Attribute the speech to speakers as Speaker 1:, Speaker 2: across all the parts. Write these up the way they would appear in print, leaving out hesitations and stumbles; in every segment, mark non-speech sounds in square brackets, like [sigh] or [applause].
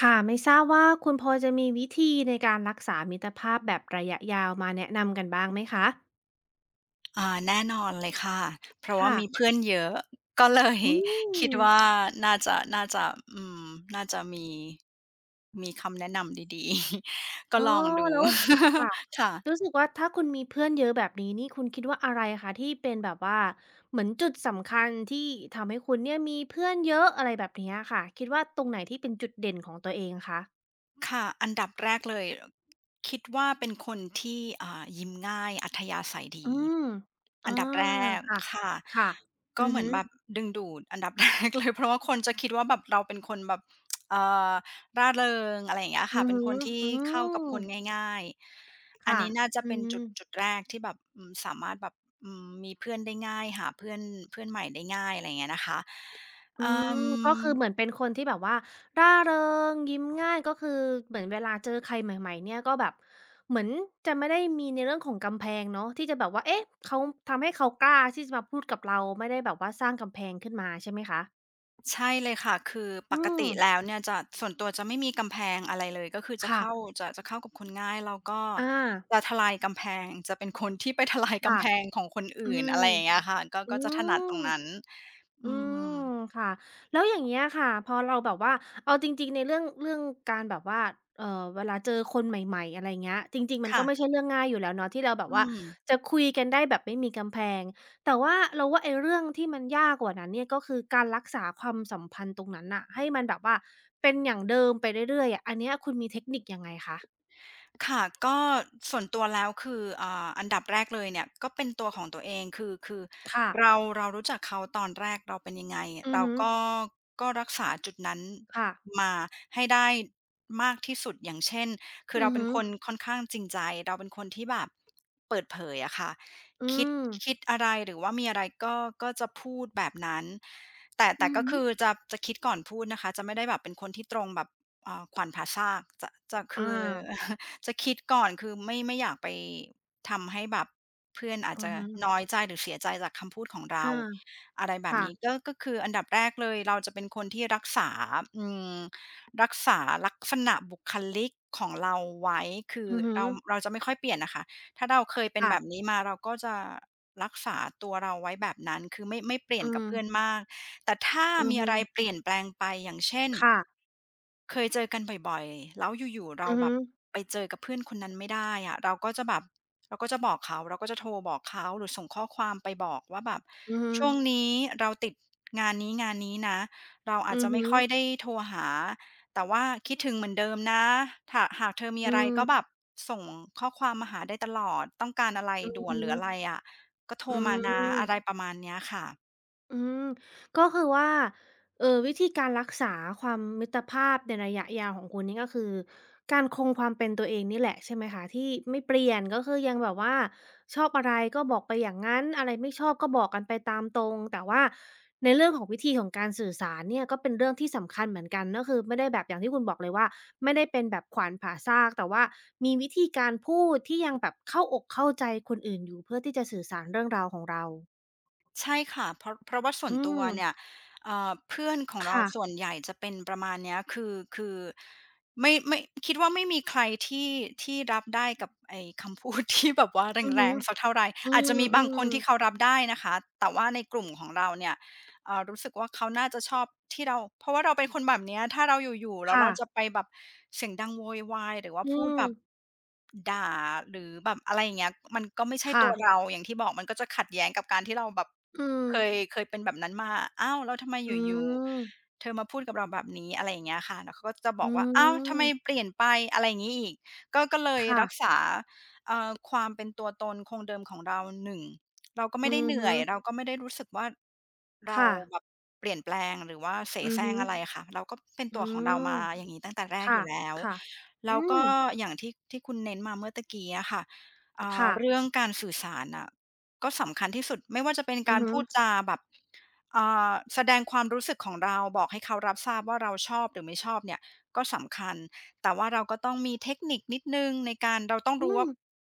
Speaker 1: ค่ะไม่ทราบว่าคุณพอจะมีวิธีในการรักษามิตรภาพแบบระยะยาวมาแนะนำกันบ้างไหมคะ
Speaker 2: แน่นอนเลยค่ะ เพราะว่า
Speaker 1: ค่ะ
Speaker 2: มีเพื่อนเยอะก็เลย
Speaker 1: อื
Speaker 2: [laughs] คิ
Speaker 1: ม
Speaker 2: ดว่าน่าจะอืมน่าจะมีคำแนะนำดีๆ [laughs] ก็
Speaker 1: อ๋อ
Speaker 2: ลองดู
Speaker 1: แล้วค่ะ
Speaker 2: [laughs] ค่ะ
Speaker 1: รู้สึกว่าถ้าคุณมีเพื่อนเยอะแบบนี้นี่คุณคิดว่าอะไรคะที่เป็นแบบว่าเหมือนจุดสำคัญที่ทำให้คุณเนี่ยมีเพื่อนเยอะอะไรแบบเนี้ยค่ะคิดว่าตรงไหนที่เป็นจุดเด่นของตัวเองคะ
Speaker 2: ค่ะอันดับแรกเลยคิดว่าเป็นคนที่ยิ้มง่ายอัธยาศัย
Speaker 1: อื
Speaker 2: ดี
Speaker 1: มอา
Speaker 2: อันดับแรก
Speaker 1: ค่ะ
Speaker 2: ค่ะ
Speaker 1: ค่ะอื
Speaker 2: ก็
Speaker 1: อ
Speaker 2: เหมือนแบบ
Speaker 1: ฮึ
Speaker 2: ดึงดูดอันดับแรกเลยเพราะว่าคนจะคิดว่าแบบเราเป็นคนแบบเอ่อร่าเริงอะไรอย่างเงี้ย
Speaker 1: อื
Speaker 2: ค่ะ
Speaker 1: อ
Speaker 2: เป็น
Speaker 1: ฮึ
Speaker 2: คนที่
Speaker 1: อื
Speaker 2: เข้ากับ
Speaker 1: ม
Speaker 2: คนง่ายๆอัน
Speaker 1: ค่ะ
Speaker 2: นี้น่าจะ
Speaker 1: อื
Speaker 2: เป็นจุ
Speaker 1: ม
Speaker 2: ดจุดแรกที่แบบสามารถแบบมีเพื่อนได้ง่ายหาเพื่อนเพื่อนใหม่ได้ง่ายอะไรอย่างเงี้ยนะคะ
Speaker 1: อื
Speaker 2: อื
Speaker 1: ม
Speaker 2: ม
Speaker 1: ก็คือเหมือนเป็นคนที่แบบว่าร่าเริงยิ้มง่ายก็คือเหมือนเวลาเจอใครใหม่ๆเนี่ยก็แบบเหมือนจะไม่ได้มีในเรื่องของกำแพงเนาะที่จะแบบว่าเอ๊ะเขาทำให้เขากล้าที่จะมาพูดกับเราไม่ได้แบบว่าสร้างกำแพงขึ้นมาใช่ไหมคะ
Speaker 2: ใช่เลยค่ะ คือป
Speaker 1: อื
Speaker 2: ก
Speaker 1: ม
Speaker 2: ติแล้วเนี่ยจะส่วนตัวจะไม่มีกำแพงอะไรเลย ก็คือจะ
Speaker 1: ค่ะ
Speaker 2: เข้าจะเข้ากับคนง่ายแล้วก็
Speaker 1: อา
Speaker 2: จะทลายกำแพง จะเป็นคนที่ไปทลายกำ
Speaker 1: ค่ะ
Speaker 2: แพงของคน
Speaker 1: อื
Speaker 2: อื่นอะ
Speaker 1: ม
Speaker 2: ไรอย่างเงี้ยค่ะก็
Speaker 1: อื
Speaker 2: ก็จะถนัดตร
Speaker 1: ม
Speaker 2: งนั้น
Speaker 1: อื
Speaker 2: อืม
Speaker 1: มค่ะแล้วอย่างเงี้ยค่ะพอเราแบบว่าเอาจริงๆในเรื่องการแบบว่าเวลาเจอคนใหม่ๆอะไรเงี้ยจริงๆมัน
Speaker 2: ค่ะ
Speaker 1: ก็ไม่ใช่เรื่องง่ายอยู่แล้วเนาะที่เราแบบ
Speaker 2: อื
Speaker 1: ว่า
Speaker 2: ม
Speaker 1: จะคุยกันได้แบบไม่มีกำแพงแต่ว่าเราว่าไอ้เรื่องที่มันยากกว่านั้นเนี่ยก็คือการรักษาความสัมพันธ์ตรงนั้นน่ะให้มันแบบว่าเป็นอย่างเดิมไปเรื่อยๆอะอันเนี้ยคุณมีเทคนิคยังไงคะ
Speaker 2: ค่ะก็ส่วนตัวแล้วคืออันดับแรกเลยเนี่ยก็เป็นตัวของตัวเองคือ
Speaker 1: ค่ะ
Speaker 2: เรารู้จักเขาตอนแรกเราเป็นยังไง
Speaker 1: อือ
Speaker 2: เรา
Speaker 1: ฮึ
Speaker 2: ก็รักษาจุดนั้น
Speaker 1: ค่ะ
Speaker 2: มาให้ได้มากที่สุดอย่างเช่นคือ
Speaker 1: อื
Speaker 2: เรา
Speaker 1: อ
Speaker 2: เป็น
Speaker 1: ฮึ
Speaker 2: คนค่อนข้างจริงใจเราเป็นคนที่แบบเปิดเผยอะค่ะ
Speaker 1: อื
Speaker 2: คิด
Speaker 1: ม
Speaker 2: อะไรหรือว่ามีอะไรก็จะพูดแบบนั้นแต่
Speaker 1: อือ
Speaker 2: ก็
Speaker 1: ฮึ
Speaker 2: คือจะคิดก่อนพูดนะคะจะไม่ได้แบบเป็นคนที่ตรงแบบ เอ่าขวัญผ่าซากจะคือ
Speaker 1: อา
Speaker 2: [laughs] จะคิดก่อนคือไม่อยากไปทำให้แบบเพื่อนอาจ
Speaker 1: อือ
Speaker 2: จะ
Speaker 1: ฮึ
Speaker 2: น้อยใจหรือเสียใจจากคำพูดของเรา
Speaker 1: อา
Speaker 2: อะไรแบบ
Speaker 1: ค่ะ
Speaker 2: นี้ก็คืออันดับแรกเลยเราจะเป็นคนที่รักษาอืมรักษาลักษณะบุคลิกของเราไว้คือ
Speaker 1: อือฮึ
Speaker 2: เราจะไม่ค่อยเปลี่ยนน่ะค่ะถ้าเราเคยเป็นแบบ
Speaker 1: ค่ะ
Speaker 2: นี้มาเราก็จะรักษาตัวเราไว้แบบนั้นคือไม่เปลี่ย
Speaker 1: อื
Speaker 2: นกับ
Speaker 1: ม
Speaker 2: เพื่อนมากแต่ถ้า
Speaker 1: อือ
Speaker 2: มี
Speaker 1: ฮึ
Speaker 2: อะไรเปลี่ยนแปลงไปอย่างเช่น
Speaker 1: ค่ะ
Speaker 2: เคยเจอกันบ่อยๆแล้วอยู่ๆเรา
Speaker 1: อือ
Speaker 2: แบ
Speaker 1: ฮึ
Speaker 2: บไปเจอกับเพื่อนคนนั้นไม่ได้อะเราก็จะแบบเราก็จะบอกเขาเราก็จะโทรบอกเขาหรือส่งข้อความไปบอกว่าแบบ
Speaker 1: อือฮึ
Speaker 2: ช่วงนี้เราติดงานนี้นะเราอา
Speaker 1: อื
Speaker 2: จ
Speaker 1: อ
Speaker 2: จะไม่
Speaker 1: ฮึ
Speaker 2: ค่อยได้โทรหาแต่ว่าคิดถึงเหมือนเดิมนะถะหากเธอมี
Speaker 1: อื
Speaker 2: อะไรก็แบ
Speaker 1: ม
Speaker 2: บส่งข้อความมาหาได้ตลอดต้องการอะไร
Speaker 1: อือ
Speaker 2: ด่วน
Speaker 1: ฮึ
Speaker 2: หรืออะไรอะก็โทร
Speaker 1: อื
Speaker 2: มานะอะไร
Speaker 1: ม
Speaker 2: ประมาณเนี้ยค่ะ
Speaker 1: อืมก็คือว่าวิธีการรักษาความมิตรภาพในระยะยาวของคุณนี่ก็คือการคงความเป็นตัวเองนี่แหละใช่ไหมคะที่ไม่เปลี่ยนก็คือยังแบบว่าชอบอะไรก็บอกไปอย่างงั้นอะไรไม่ชอบก็บอกกันไปตามตรงแต่ว่าในเรื่องของวิธีของการสื่อสารเนี่ยก็เป็นเรื่องที่สำคัญเหมือนกันก็คือไม่ได้แบบอย่างที่คุณบอกเลยว่าไม่ได้เป็นแบบขวานผ่าซากแต่ว่ามีวิธีการพูดที่ยังแบบเข้าอกเข้าใจคนอื่นอยู่เพื่อที่จะสื่อสารเรื่องราวของเรา
Speaker 2: ใช่ค่ะเพราะว่าส่ว
Speaker 1: อื
Speaker 2: นตัวเนี่ย
Speaker 1: ม
Speaker 2: เพื่อนของเรา
Speaker 1: ค่ะ
Speaker 2: ส่วนใหญ่จะเป็นประมาณเนี้ยคือไม่คิดว่าไม่มีใครที่รับได้กับไอ้คำพูด [laughs] ที่แบบว่า
Speaker 1: อือ
Speaker 2: แร
Speaker 1: ฮึ
Speaker 2: งๆสักเท่าไหร
Speaker 1: อื
Speaker 2: อาจจะมีบางคน
Speaker 1: ม
Speaker 2: ที่เขา
Speaker 1: ๆ
Speaker 2: รับได้นะคะแต่ว่าในกลุ่มของเราเนี่ยรู้สึกว่าเขาน่าจะชอบที่เราเพราะว่าเราเป็นคนแบบเนี้ยถ้าเราอยู่ๆแล้ว
Speaker 1: ค่ะ
Speaker 2: เราจะไปแบบเสียงดังโวยวายหรือว่า
Speaker 1: อื
Speaker 2: พูด
Speaker 1: ม
Speaker 2: แบบด่าหรือแบบอะไรอย่างเงี้ยมันก็ไม่ใช่
Speaker 1: ค่ะ
Speaker 2: ตัวเราอย่างที่บอกมันก็จะขัดแย้งกับการที่เราแบบ
Speaker 1: อืม
Speaker 2: เคยเป็นแบบนั้นมาอ้าวแล้วทำไม
Speaker 1: อื
Speaker 2: อยู่
Speaker 1: ม
Speaker 2: ๆเธอมาพูดกับเราแบบนี้อะไรอย่างเงี้ยค่ะแล้วเขาก็จะบ
Speaker 1: อื
Speaker 2: อกว่าอ้าวทำไมเป
Speaker 1: ม
Speaker 2: ลี่ยนไปอะไรอย่างงี้อีกก็เลย
Speaker 1: ค่ะ
Speaker 2: รักษาความเป็นตัวตนคงเดิมของเราหนึ่งเราก็ไม่
Speaker 1: อื
Speaker 2: ได้
Speaker 1: อ
Speaker 2: เห
Speaker 1: ฮึ
Speaker 2: นื่อยเราก็ไม่ได้รู้สึกว่าเรา
Speaker 1: ค่ะ
Speaker 2: แบบเปลี่ยนแปลงหรือว่าเส
Speaker 1: อื
Speaker 2: แส
Speaker 1: อ
Speaker 2: ร้
Speaker 1: ฮึ
Speaker 2: งอะไรอะค่ะเราก็เป็น
Speaker 1: อื
Speaker 2: ตัวของเรา
Speaker 1: ม
Speaker 2: มาอย่างงี้ตั้งแต่แรก
Speaker 1: ค่ะ
Speaker 2: อยู่แล้ว
Speaker 1: ค่ะอื
Speaker 2: แล้ว
Speaker 1: ม
Speaker 2: ก็อย่างที่คุณเน้นมาเมื่อตะกี้อะค่ะ
Speaker 1: ค่ะ
Speaker 2: เรื่องการสื่อสารน่ะ ก็สำคัญที่สุดไม่ว่าจะเป็น
Speaker 1: อื
Speaker 2: กา
Speaker 1: อ
Speaker 2: ร
Speaker 1: ฮึ
Speaker 2: พูดจาแบบอ่แสดงความรู้สึกของเราบอกให้เขารับทราบว่าเราชอบหรือไม่ชอบเนี่ยก็สำคัญแต่ว่าเราก็ต้องมีเทคนิคนิดหนึ่งในการเราต้อง
Speaker 1: อื
Speaker 2: รู้
Speaker 1: ม
Speaker 2: ว่า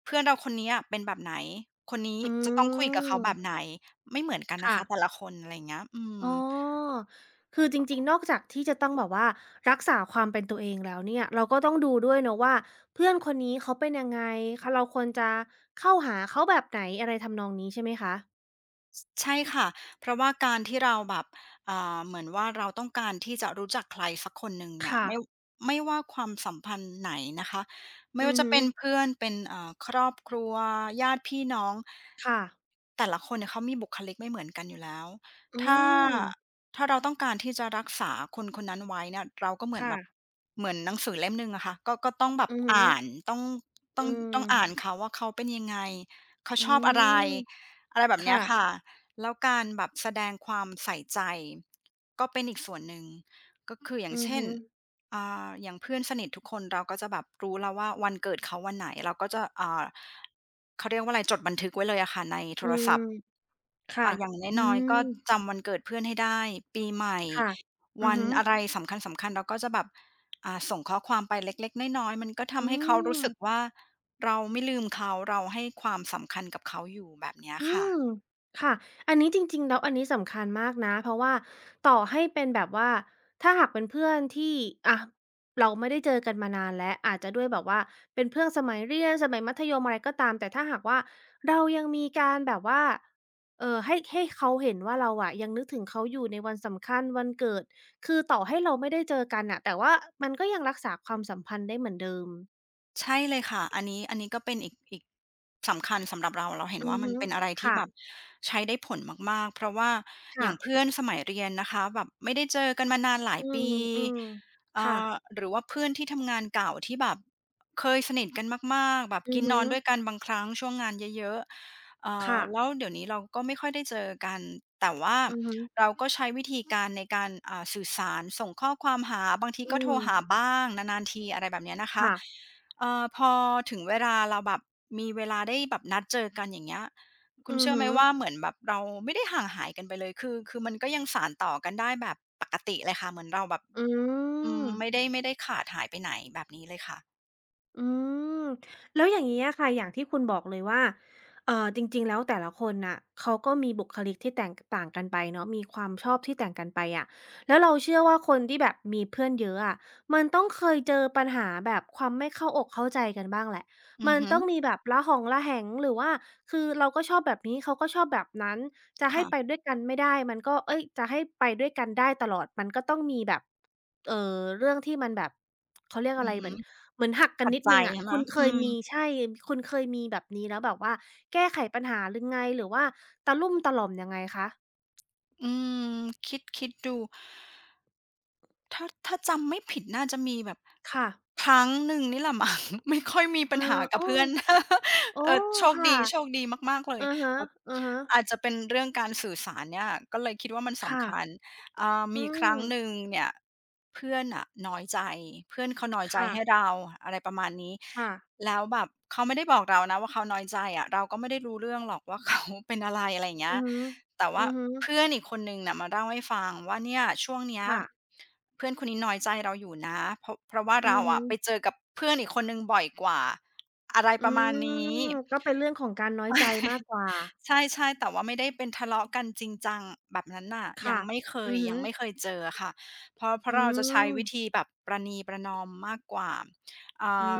Speaker 2: เพื่อนเราคนเนี้ยเป็นแบบไหนคนนี้
Speaker 1: อื
Speaker 2: จะต้องคุยกับเขาแบบ
Speaker 1: ม
Speaker 2: ไหนไม่เหมือนกันนะ
Speaker 1: ค่ะ
Speaker 2: คะแต่ละคนอะไรอย่างเงี้ยอืม
Speaker 1: อ๋อคือจริงๆนอกจากที่จะต้องแบบว่ารักษาความเป็นตัวเองแล้วเนี่ยเราก็ต้องดูด้วยเนาะว่าเพื่อนคนนี้เขาเป็นยังไงคเราควรจะเข้าหาเขาแบบไหนอะไรทำนองนี้ใช่ไหมคะ
Speaker 2: ใช่ค่ะ เพราะว่าการที่เราแบบเหมือนว่าเราต้องการที่จะรู้จักใครสักคนหนึ่งเนี่ย
Speaker 1: ค่ะ
Speaker 2: ไม่ว่าความสัมพันธ์ไหนนะคะ ไม่
Speaker 1: อื
Speaker 2: ว่า
Speaker 1: อ
Speaker 2: จะ
Speaker 1: ฮึ
Speaker 2: เป็นเพื่อนเป็นครอบครัวญาติพี่น้อง
Speaker 1: ค่ะ
Speaker 2: แต่ละคนเนี่ยเขามีบุคลิกไม่เหมือนกันอยู่แล้ว
Speaker 1: อื
Speaker 2: ถ้า
Speaker 1: ม
Speaker 2: ถ้าเราต้องการที่จะรักษาคนคนนั้นไว้เนี่ยเราก็
Speaker 1: ค่ะ
Speaker 2: เหมือนหนังสือเล่มหนึ่งอะค่ะก็ต้องแบบ
Speaker 1: อือฮึ
Speaker 2: อ่านต้องต้
Speaker 1: อื
Speaker 2: องต้องอ่าน
Speaker 1: ม
Speaker 2: เขาว่าเขาเป็นยังไงเขา
Speaker 1: อื
Speaker 2: ชอบอะไร
Speaker 1: ม
Speaker 2: อะไรแบบเนี้ยค่ะ
Speaker 1: ค่ะ
Speaker 2: แล้วการแบบแสดงความใส่ใจก็เป็นอีกส่วนหนึ่งก็คืออย่า
Speaker 1: อื
Speaker 2: ง
Speaker 1: อ
Speaker 2: เช่น
Speaker 1: ฮึ
Speaker 2: อย่างเพื่อนสนิททุกคนเราก็จะแบบรู้แล้วว่าวันเกิดเขาวันไหนเราก็จะเขาเรียกว่าอะไรจดบันทึกไว้เลยอะค่ะในโท
Speaker 1: อื
Speaker 2: ร
Speaker 1: ม
Speaker 2: ศัพท์
Speaker 1: ค่ะ
Speaker 2: อย่าง
Speaker 1: อื
Speaker 2: น้อย
Speaker 1: ม
Speaker 2: ๆก็จำวันเกิดเพื่อนให้ได้ปีใหม่
Speaker 1: ค่ะอื
Speaker 2: วั
Speaker 1: อ
Speaker 2: น
Speaker 1: ฮึ
Speaker 2: อะไรสำคัญๆเราก็จะแบบส่งข้อความไปเล็กๆน้อยๆมันก็
Speaker 1: อื
Speaker 2: ทำให้เขารู้สึก
Speaker 1: ม
Speaker 2: ว่าเราไม่ลืมเขาเราให้ความสำคัญกับเขาอยู่แบบเนี้ย
Speaker 1: อื
Speaker 2: ค่ะ
Speaker 1: มค่ะอันนี้จริงๆแล้วอันนี้สำคัญมากนะเพราะว่าต่อให้เป็นแบบว่าถ้าหากเป็นเพื่อนที่อะเราไม่ได้เจอกันมานานแล้วอาจจะด้วยแบบว่าเป็นเพื่อนสมัยเรียนสมัยมัธยมอะไรก็ตามแต่ถ้าหากว่าเรายังมีการแบบว่าให้เขาเห็นว่าเราอะยังนึกถึงเขาอยู่ในวันสำคัญวันเกิดคือต่อให้เราไม่ได้เจอกันน่ะแต่ว่ามันก็ยังรักษาความสัมพันธ์ได้เหมือนเดิม
Speaker 2: ใช่เลยค่ะอันนี้ก็เป็นอีกสำคัญสำหรับเราเราเห็น
Speaker 1: อื
Speaker 2: ว่า
Speaker 1: อ
Speaker 2: มัน
Speaker 1: ฮึ
Speaker 2: เป็นอะไรที่
Speaker 1: ค่ะ
Speaker 2: แบบใช้ได้ผลมากๆเพราะว่าอ
Speaker 1: ค่ะ
Speaker 2: ย่างเพื่อนสมัยเรียนนะคะแบบไม่ได้เจอกันมานานหลาย
Speaker 1: อื
Speaker 2: ปี
Speaker 1: มๆค่ะ
Speaker 2: หรือว่าเพื่อนที่ทำงานเก่าที่แบบเคยสนิทกันมากๆแบบ
Speaker 1: อื
Speaker 2: กิ
Speaker 1: อ
Speaker 2: นน
Speaker 1: ฮึ
Speaker 2: อนด้วยกันบางครั้งช่วงงานเยอะๆ
Speaker 1: ค่ะ
Speaker 2: แล้วเดี๋ยวนี้เราก็ไม่ค่อยได้เจอกันแต่ว่า
Speaker 1: อือฮึ
Speaker 2: เราก็ใช้วิธีการในการสื่อสารส่งข้อความหาบางที
Speaker 1: อื
Speaker 2: ก็โทร
Speaker 1: ม
Speaker 2: หาบ้างนานๆทีอะไรแบบเนี้ยนะคะ
Speaker 1: ค่ะ
Speaker 2: พอถึงเวลาเราแบบมีเวลาได้แบบนัดเจอกันอย่างเงี้ยคุณ
Speaker 1: อือ
Speaker 2: เชื่อไห
Speaker 1: ฮึ
Speaker 2: มว่าเหมือนแบบเราไม่ได้ห่างหายกันไปเลยคือมันก็ยังสานต่อกันได้แบบปกติเลยค่ะเหมือนเราแบบ
Speaker 1: อืม
Speaker 2: ไม่ได้ขาดหายไปไหนแบบนี้เลยค่ะ
Speaker 1: อืมแล้วอย่างนี้อะค่ะอย่างที่คุณบอกเลยว่าจริงๆแล้วแต่ละคนน่ะเขาก็มีบุคลิกที่แตกต่างกันไปเนาะมีความชอบที่แตกกันไปอะแล้วเราเชื่อว่าคนที่แบบมีเพื่อนเยอะอะมันต้องเคยเจอปัญหาแบบความไม่เข้าอกเข้าใจกันบ้างแหละ
Speaker 2: อื
Speaker 1: มั
Speaker 2: อ
Speaker 1: น
Speaker 2: ฮึ
Speaker 1: ต้องมีแบบระหองระแหงหรือว่าคือเราก็ชอบแบบนี้เขาก็ชอบแบบนั้นจะให้ไป
Speaker 2: ค่ะ
Speaker 1: ด้วยกันไม่ได้มันก็เอ๊ยจะให้ไปด้วยกันได้ตลอดมันก็ต้องมีแบบ เรื่องที่มันแบบเขาเรียกอะ
Speaker 2: อื
Speaker 1: ไร
Speaker 2: อ
Speaker 1: เห
Speaker 2: ฮึ
Speaker 1: มือนเหมือนหักกัน
Speaker 2: ขัด
Speaker 1: นิด
Speaker 2: ใจ
Speaker 1: หนึ่งอะ
Speaker 2: ใช่ไหม
Speaker 1: คุณเค
Speaker 2: อื
Speaker 1: ย
Speaker 2: ม
Speaker 1: มีใช่คุณเคยมีแบบนี้แล้วแบบว่าแก้ไขปัญหาหรืงไงหรือว่าตะลุ่มตะหล่อมยังไงคะ
Speaker 2: อืมคิดดู ถ้าจำไม่ผิดน่าจะมีแบบ
Speaker 1: ค่ะ
Speaker 2: ครั้งหนึ่งนี่แหละมั้ง [laughs] ไม่ค่อยมี
Speaker 1: เอ
Speaker 2: ปัญหา
Speaker 1: อ
Speaker 2: กับ
Speaker 1: โอ้
Speaker 2: เพื่อน [laughs]
Speaker 1: โอ้
Speaker 2: เออโชค
Speaker 1: ค่ะ
Speaker 2: ดีโชคดีมากๆเลย
Speaker 1: อะฮ
Speaker 2: แบบ
Speaker 1: ะ
Speaker 2: อาจจะเป็นเรื่องการสื่อสารเนี่ยก็เลยคิดว่ามัน
Speaker 1: ๆ
Speaker 2: สำ
Speaker 1: ค่ะ
Speaker 2: คัญ
Speaker 1: อื
Speaker 2: มีครั้งหนึ่ง
Speaker 1: ม
Speaker 2: เนี่ยเพื่อนน่ะน้อยใจเพื่อนเขาน้อยใจ
Speaker 1: ค่ะ
Speaker 2: ให้เราอะไรประมาณนี้
Speaker 1: ค่ะ
Speaker 2: แล้วแบบเขาไม่ได้บอกเรานะว่าเขาน้อยใจอะเราก็ไม่ได้รู้เรื่องหรอกว่า [laughs] เขาเป็นอะไรอะไรอย่างเงี้
Speaker 1: อื
Speaker 2: ย
Speaker 1: อฮึ
Speaker 2: แต่
Speaker 1: อื
Speaker 2: ว่า
Speaker 1: อฮึ
Speaker 2: เพื่อนอีกคนหนึ่งน่ะมาเล่าให้ฟังว่าเนี่ยช่วงเนี้ย
Speaker 1: ค่ะ
Speaker 2: เพื่อนคนนี้น้อยใจเราอยู่นะเพราะว่า
Speaker 1: อื
Speaker 2: เรา
Speaker 1: อฮึ
Speaker 2: อะไปเจอกับเพื่อนอีกคนหนึ่งบ่อยกว่าอะไร
Speaker 1: อื
Speaker 2: ประมาณ
Speaker 1: ม
Speaker 2: นี้
Speaker 1: ก็เป็นเรื่องของการน้อยใจมาก
Speaker 2: [laughs]
Speaker 1: กว่า
Speaker 2: ใช่ๆแต่ว่าไม่ได้เป็นทะเลาะกันจริงจังแบบนั้นน่ะยัง
Speaker 1: ค่ะ
Speaker 2: ไม่เค
Speaker 1: อื
Speaker 2: ย
Speaker 1: อฮึ
Speaker 2: ยังไม่เคยเจออะค่ะเพราะเพ
Speaker 1: อื
Speaker 2: ราะเราจะใช้วิธี
Speaker 1: ม
Speaker 2: แบบประนีประนอมมากกว่า อ่
Speaker 1: อื
Speaker 2: า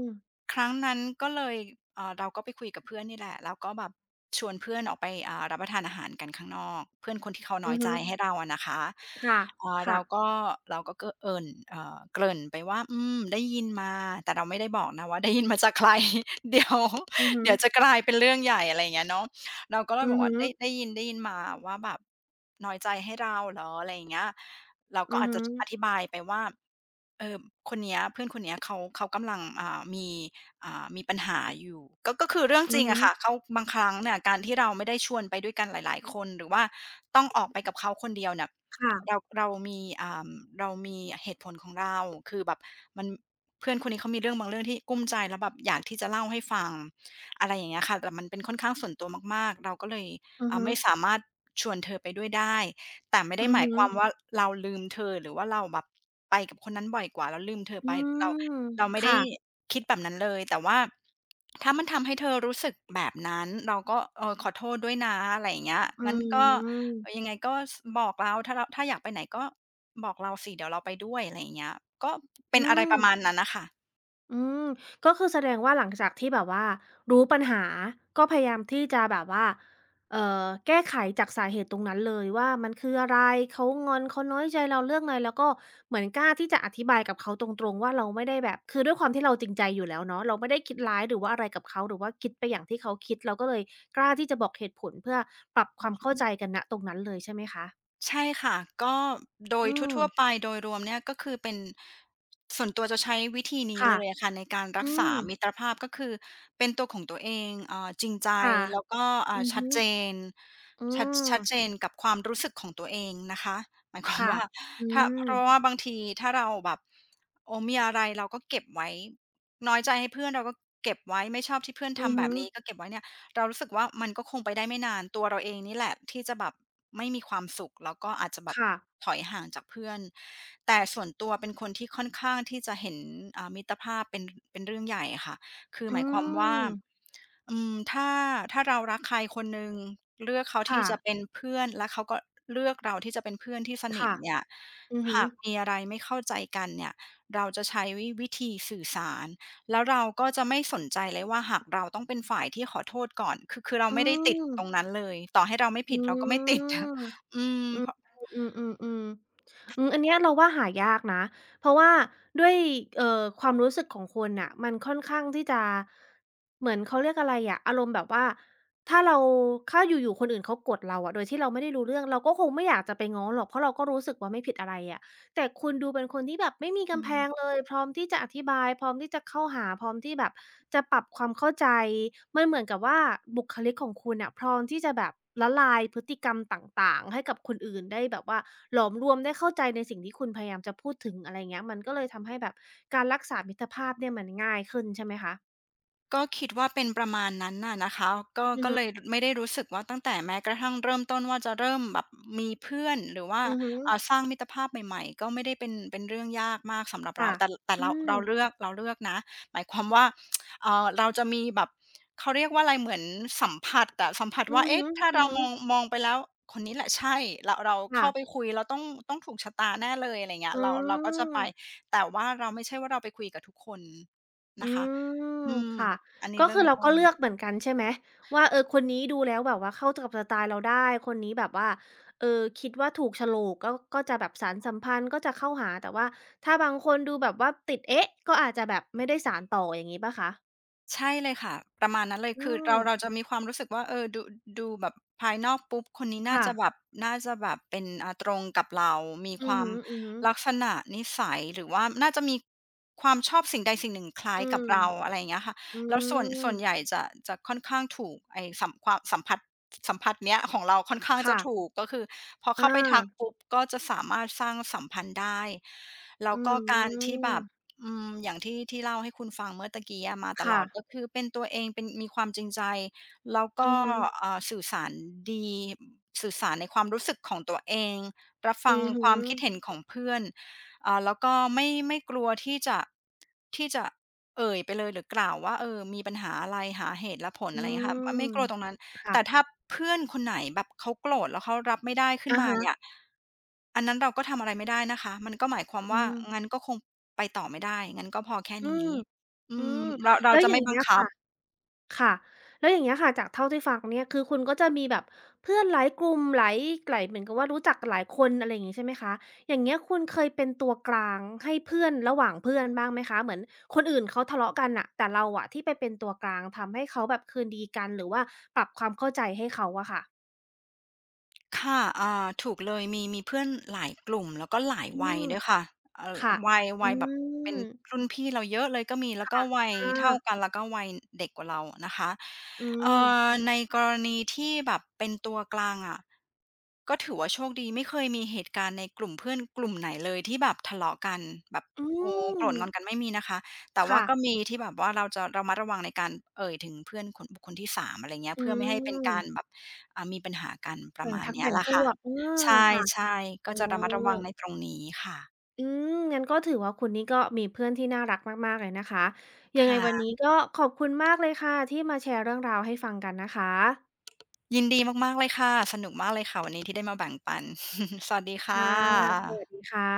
Speaker 1: ม
Speaker 2: ครั้งนั้นก็เลยเราก็ไปคุยกับเพื่อนนี่แหละแล้วก็แบบชวนเพื่อนออกไปรับประทานอาหารกันข้างนอกเพื่อนคนที่เขาน้
Speaker 1: อื
Speaker 2: อ
Speaker 1: อ
Speaker 2: ยใจ
Speaker 1: ฮึ
Speaker 2: ให้เราอะนะคะ
Speaker 1: ค่ะ
Speaker 2: อ่า
Speaker 1: ค่ะ
Speaker 2: เราก็เราก็เกเอิ่นเอ่อเกริ่นไปว่าอืมได้ยินมาแต่เราไม่ได้บอกนะว่าได้ยินมาจากใคร [laughs] เดี๋ยว
Speaker 1: อือฮึ
Speaker 2: เดี๋ยวจะกลายเป็นเรื่องใหญ่อะไรอย่างเงี้ยเนาะเราก็เลย
Speaker 1: อื
Speaker 2: บ
Speaker 1: อ
Speaker 2: อก
Speaker 1: ฮึ
Speaker 2: ว่าได้ยินมาว่าแบบน้อยใจให้เราเหรออะไรอย่างเงี้ยเราก็
Speaker 1: อือ
Speaker 2: อาจ
Speaker 1: ฮึ
Speaker 2: จะอธิบายไปว่า เออคนเนี้ยเพื่อนคนเนี้ยเขากำลังมีปัญหาอยู่ก็คือเรื่อง
Speaker 1: อื
Speaker 2: จ
Speaker 1: อ
Speaker 2: ริง
Speaker 1: ฮึ
Speaker 2: อะค่ะเขาบางครั้งเนี่ยการที่เราไม่ได้ชวนไปด้วยกันหลายๆคนหรือว่าต้องออกไปกับเขาคนเดียวเนี่ย
Speaker 1: ค่ะ
Speaker 2: เราเรามีอ่าเรามีเหตุผลของเราคือแบบมันเพื่อนคนนี้เขามีเรื่องบางเรื่องที่กุ้มใจแล้วแบบอยากที่จะเล่าให้ฟังอะไรอย่างเงี้ยค่ะแต่มันเป็นค่อนข้างส่วนตัวมากๆเราก็เลย
Speaker 1: อือฮึ
Speaker 2: ไม่สามารถชวนเธอไปด้วยได้ แต่ไม่
Speaker 1: อื
Speaker 2: ได้
Speaker 1: อ
Speaker 2: หมาย
Speaker 1: ฮึ
Speaker 2: ความว่าเราลืมเธอหรือว่าเราแบบไปกับคนนั้นบ่อยกว่าแล้วลืมเธอ
Speaker 1: อื
Speaker 2: ไปเรา
Speaker 1: ม
Speaker 2: เราไม่ได้
Speaker 1: ค่ะ
Speaker 2: คิดแบบนั้นเลยแต่ว่าถ้ามันทำให้เธอรู้สึกแบบนั้นเราก็เออขอโทษด้วยนะอะไรอย่างเงี้ย
Speaker 1: อื
Speaker 2: งั้นก็เออยั
Speaker 1: ม
Speaker 2: งไงก็บอกเราถ้าอยากไปไหนก็บอกเราสิเดี๋ยวเราไปด้วยอะไรอย่างเงี้ยก็เป็
Speaker 1: อื
Speaker 2: นอะไรประมาณ
Speaker 1: ม
Speaker 2: นั้นน่ะค่ะ
Speaker 1: อืมก็คือแสดงว่าหลังจากที่แบบว่ารู้ปัญหาก็พยายามที่จะแบบว่าแก้ไขจากสาเหตุตรงนั้นเลยว่ามันคืออะไรเขางอนเขาน้อยใจเราเรื่องอะไรแล้วก็เหมือนกล้าที่จะอธิบายกับเขาตรงๆว่าเราไม่ได้แบบคือด้วยความที่เราจริงใจอยู่แล้วเนาะเราไม่ได้คิดร้ายหรือว่าอะไรกับเขาหรือว่าคิดไปอย่างที่เขาคิดเราก็เลยกล้าที่จะบอกเหตุผลเพื่อปรับความเข้าใจกันณตรงนั้นเลยใช่ไหมคะ
Speaker 2: ใช่ค่ะก็โดย
Speaker 1: อืม
Speaker 2: ทั่วๆไปโดยรวมเนี่ยก็คือเป็นส่วนตัวจะใช้วิธีนี้
Speaker 1: ค่ะ
Speaker 2: เลยอะค่ะในการรั
Speaker 1: อื
Speaker 2: กษา
Speaker 1: ม
Speaker 2: มมิตรภาพก็คือเป็นตัวของตัวเองจริงใจ
Speaker 1: ค่ะ
Speaker 2: แล้วก็
Speaker 1: อือ
Speaker 2: ชัด
Speaker 1: ฮึ
Speaker 2: เจน
Speaker 1: อื
Speaker 2: ชัด
Speaker 1: ม
Speaker 2: ชัดเจนกับความรู้สึกของตัวเองนะคะหมายความ
Speaker 1: ค่ะ
Speaker 2: ว่า
Speaker 1: อื
Speaker 2: ถ้าเพ
Speaker 1: ม
Speaker 2: ราะว่าบางทีถ้าเราแบบโอ้มีอะไรเราก็เก็บไว้น้อยใจให้เพื่อนเราก็เก็บไว้ไม่ชอบที่เพื่อน
Speaker 1: อือ
Speaker 2: ทำแบ
Speaker 1: ฮึ
Speaker 2: บนี้ก็เก็บไว้เนี่ย เรารู้สึกว่ามันก็คงไปได้ไม่นานตัวเราเองนี่แหละที่จะแบบไม่มีความสุขแล้วก็อาจจะแบบ
Speaker 1: ค่ะ
Speaker 2: ถอยห่างจากเพื่อนแต่ส่วนตัวเป็นคนที่ค่อนข้างที่จะเห็นมิตรภาพเป็นเป็นเรื่องใหญ่อะค่ะคือ
Speaker 1: อื
Speaker 2: หมายความว่า
Speaker 1: ม
Speaker 2: อืมถ้าถ้าเรารักใครคนหนึ่งเลือกเขาที่
Speaker 1: ค่ะ
Speaker 2: จะเป็นเพื่อนและเขาก็เลือกเราที่จะเป็นเพื่อนที่สนิท
Speaker 1: ค่ะ
Speaker 2: เนี่ย
Speaker 1: อือฮึ
Speaker 2: หากมีอะไรไม่เข้าใจกันเนี่ยเราจะใช้วิธีสื่อสาร แล้วเราก็จะไม่สนใจเลยว่าหากเราต้องเป็นฝ่ายที่ขอโทษก่อน คือเรา
Speaker 1: อื
Speaker 2: ไม่ได้ติดตรง
Speaker 1: ม
Speaker 2: นั้นเลย ต่อให้เราไม่
Speaker 1: อื
Speaker 2: ผิดเราก็ไม่ติด
Speaker 1: ม
Speaker 2: [laughs] อืม
Speaker 1: อื
Speaker 2: เพ
Speaker 1: ม
Speaker 2: ราะ
Speaker 1: อือๆๆๆอืมอันเนี้ยเราว่าหายากนะเพราะว่าด้วยเอ่อความรู้สึกของคนน่ะมันค่อนข้างที่จะเหมือนเขาเรียกอะไรอะอารมณ์แบบว่าถ้าเราถ้าอยู่ๆคนอื่นเขากดเราอะโดยที่เราไม่ได้รู้เรื่องเราก็คงไม่อยากจะไปง้อหรอกเพราะเราก็รู้สึกว่าไม่ผิดอะไรอะ แต่คุณดูเป็นคนที่แบบไม่มี
Speaker 2: อื
Speaker 1: กำแพง
Speaker 2: ม
Speaker 1: เลย [laughs] พร้อมที่จะอธิบายพร้อมที่จะเข้าหาพร้อมที่แบบจะปรับความเข้าใจมันเหมือนกับว่าบุคลิกของคุณน่ะพร้อมที่จะแบบละลายพฤติกรรมต่างๆให้กับคนอื่นได้แบบว่าหลอมรวมได้เข้าใจในสิ่งที่คุณพยายามจะพูดถึงอะไรเงี้ยมันก็เลยทำให้แบบการรักษามิตรภาพเนี่ยมันง่ายขึ้นใช่ไหมคะ
Speaker 2: ก็คิดว่าเป็นประมาณนั้นน่ะนะคะก็
Speaker 1: อือ
Speaker 2: ก็เลย
Speaker 1: ฮึ
Speaker 2: ไม่ได้รู้สึกว่าตั้งแต่แม้กระทั่งเริ่มต้นว่าจะเริ่มแบบมีเพื่อนหรือว่า
Speaker 1: อือฮึ
Speaker 2: สร้างมิตรภาพใหม่ๆก็ไม่ได้เป็นเป็นเรื่องยากมากสำหรับเรา
Speaker 1: ค่ะ
Speaker 2: แต่
Speaker 1: อื
Speaker 2: เรา
Speaker 1: ม
Speaker 2: เราเลือกเราเลือกนะหมายความว่าเราจะมีแบบเขาเรียกว่าอะไรเหมือนสัมผัสอะสัมผัส
Speaker 1: อื
Speaker 2: ว่า
Speaker 1: อ
Speaker 2: เอ๊ะถ้าเรา
Speaker 1: ฮึ
Speaker 2: มอง
Speaker 1: ๆ
Speaker 2: มองไปแล้วคนนี้แหละใช่เรา
Speaker 1: ค่ะ
Speaker 2: เข้าไปคุยเราต้องต้องถูกชะตาแน่เลยอะไรเงี้ย
Speaker 1: อื
Speaker 2: เราก็จะไป
Speaker 1: ม
Speaker 2: แต่ว่าเราไม่ใช่ว่าเราไปคุยกับทุกคน
Speaker 1: อื
Speaker 2: นะคะอื
Speaker 1: ม
Speaker 2: ม
Speaker 1: ค่ะ
Speaker 2: อันนี้
Speaker 1: ก็
Speaker 2: เริ่
Speaker 1: คื
Speaker 2: ม
Speaker 1: อเรา
Speaker 2: ต้
Speaker 1: ก็
Speaker 2: น
Speaker 1: เลือกเหมือนกันใช่ไหมว่าเออคนนี้ดูแล้วแบบว่าเข้ากับสไตล์เราได้คนนี้แบบว่าเออคิดว่าถูกโฉลกก็จะแบบสานสัมพันธ์ก็จะเข้าหาแต่ว่าถ้าบางคนดูแบบว่าติดเอ๊ะก็อาจจะแบบไม่ได้สานต่ออย่างงี้เปล่าคะ
Speaker 2: ใช่เลยค่ะประมาณนั้นเลย
Speaker 1: อื
Speaker 2: คือเราจะ
Speaker 1: ม
Speaker 2: มีความรู้สึกว่าเออดูดูแบบภายนอกปุ๊บคนนี้น่า
Speaker 1: ค่ะ
Speaker 2: จะแบบน่าจะแบบเป็นตรงกับเรามีค
Speaker 1: อือ
Speaker 2: วาม
Speaker 1: ฮึๆอื
Speaker 2: ลักษณะนิสัยหรือว่าน่าจะมีความชอบสิ่งใดสิ่งหนึ่งคล้ายกับ
Speaker 1: ม
Speaker 2: เราอะไรอย่างเงี้ยค่ะ
Speaker 1: อื
Speaker 2: แล้วส่วนส่ว
Speaker 1: ม
Speaker 2: นใหญ่จะจะค่อนข้างถูกไอ้สัมความสัมผัสสัมผัสเนี้ยของเราค่อนข้างจะ
Speaker 1: ค่ะ
Speaker 2: ถูกก็คือพอเข้าไปทัก
Speaker 1: อา
Speaker 2: ปุ๊บก็จะสามารถสร้างสัมพันธ์ได้แล้ว
Speaker 1: อื
Speaker 2: ก็การที่แบบ
Speaker 1: ม
Speaker 2: อืมอย่างที่ที่เล่าให้คุณฟังเมื่อตะกี้อะมาตล
Speaker 1: ค่ะ
Speaker 2: อดก็คือเป็นตัวเองเป็นมีความจริงใจแล้ว
Speaker 1: อื
Speaker 2: ก็
Speaker 1: อฮึ
Speaker 2: สื่อสารดีสื่อสารในความรู้สึกของตัวเองรับ
Speaker 1: อื
Speaker 2: ฟัง
Speaker 1: อฮึ
Speaker 2: ความคิดเห็นของเพื่อนแล้วก็ไม่กลัวที่จะเอ่ยไปเลยหรือกล่าวว่าเออมีปัญหาอะไรหาเหตุและผล
Speaker 1: อื
Speaker 2: อะไรเงี้ยค่ะไม่กลัวตรง
Speaker 1: ม
Speaker 2: นั้น
Speaker 1: ค่ะ
Speaker 2: แต่ถ้าเพื่อนคนไหนแบบเขาโกรธแล้วเขารับไม่ได้ขึ้น
Speaker 1: อะ
Speaker 2: มาเนี่ย
Speaker 1: ฮะ
Speaker 2: อันนั้นเราก็ทำอะไรไม่ได้นะคะมันก็หมายความ
Speaker 1: อื
Speaker 2: ว่า
Speaker 1: ม
Speaker 2: งั้นก็คงไปต่อไม่ได้งั้นก็พอแค่
Speaker 1: อื
Speaker 2: นี้
Speaker 1: ม
Speaker 2: อื
Speaker 1: อื
Speaker 2: ม
Speaker 1: ม
Speaker 2: เรา
Speaker 1: แล้ว
Speaker 2: จะ
Speaker 1: อย่า
Speaker 2: ไม่
Speaker 1: ง
Speaker 2: บั
Speaker 1: เงี้
Speaker 2: ง
Speaker 1: ย
Speaker 2: คับ
Speaker 1: ค่ะค่ะแล้วอย่างเงี้ยค่ะจากเท่าที่ฟังเนี่ยคือคุณก็จะมีแบบเพื่อนหลายกลุ่มหลายเหมือนกับว่ารู้จักหลายคนอะไรอย่างงี้ใช่ไหมคะอย่างเงี้ยคุณเคยเป็นตัวกลางให้เพื่อนระหว่างเพื่อนบ้างไหมคะเหมือนคนอื่นเขาทะเลาะกันน่ะแต่เราอะที่ไปเป็นตัวกลางทำให้เขาแบบคืนดีกันหรือว่าปรับความเข้าใจให้เขาอะค่ะ
Speaker 2: ค่ะถูกเลยมีเพื่อนหลายกลุ่มแล้วก็หลาย
Speaker 1: อื
Speaker 2: วัย
Speaker 1: ม
Speaker 2: ด้วยค่ะเอ่อ
Speaker 1: ค่ะ
Speaker 2: วัย
Speaker 1: อื
Speaker 2: วัยแบบ
Speaker 1: ม
Speaker 2: เป็นรุ่นพี่เราเยอะเลยก็มีแล้วก็
Speaker 1: ค่ะ
Speaker 2: วัย
Speaker 1: อา
Speaker 2: เท่ากันแล้วก็วัยเด็กกว่าเรานะคะ
Speaker 1: อื
Speaker 2: เอ่
Speaker 1: ม
Speaker 2: ในกรณีที่แบบเป็นตัวกลางอะก็ถือว่าโชคดีไม่เคยมีเหตุการณ์ในกลุ่มเพื่อนกลุ่มไหนเลยที่แบบทะเลาะกันแบบ
Speaker 1: อื
Speaker 2: โอ้โกร
Speaker 1: ม
Speaker 2: ธงอนกันไม่มีนะคะ แต่ว่า
Speaker 1: ค่ะ
Speaker 2: ก็มีที่แบบว่าเราจะระมัดระวังในการเอ่ยถึงเพื่อนคนบุคคลที่3อะไรเงี้ย
Speaker 1: อื
Speaker 2: เพื่อไม่ให้เป็นการแบ
Speaker 1: ม
Speaker 2: บมีปัญหากันประ
Speaker 1: แบ่ง
Speaker 2: มาณ
Speaker 1: พรรค
Speaker 2: เนี้ย
Speaker 1: แบ่ง
Speaker 2: แหละ
Speaker 1: พ
Speaker 2: ค่ะ
Speaker 1: วกเออ
Speaker 2: ใช
Speaker 1: ค่ะ
Speaker 2: ่ๆก็
Speaker 1: อ๋อ
Speaker 2: จะระมัดระวังในตรงนี้ค่ะ
Speaker 1: อืมงั้นก็ถือว่าคุณนี่ก็มีเพื่อนที่น่ารักมากๆเลยนะคะยังไงวัน
Speaker 2: ค่ะ
Speaker 1: นี้ก็ขอบคุณมากเลยค่ะที่มาแชร์เรื่องราวให้ฟังกันนะคะ
Speaker 2: ยินดีมากๆเลยค่ะสนุกมากเลยค่ะวันนี้ที่ได้มาแบ่งปัน [laughs] สวัสดีค่
Speaker 1: ค่ะสวัส
Speaker 2: ะ
Speaker 1: ดีค่ะ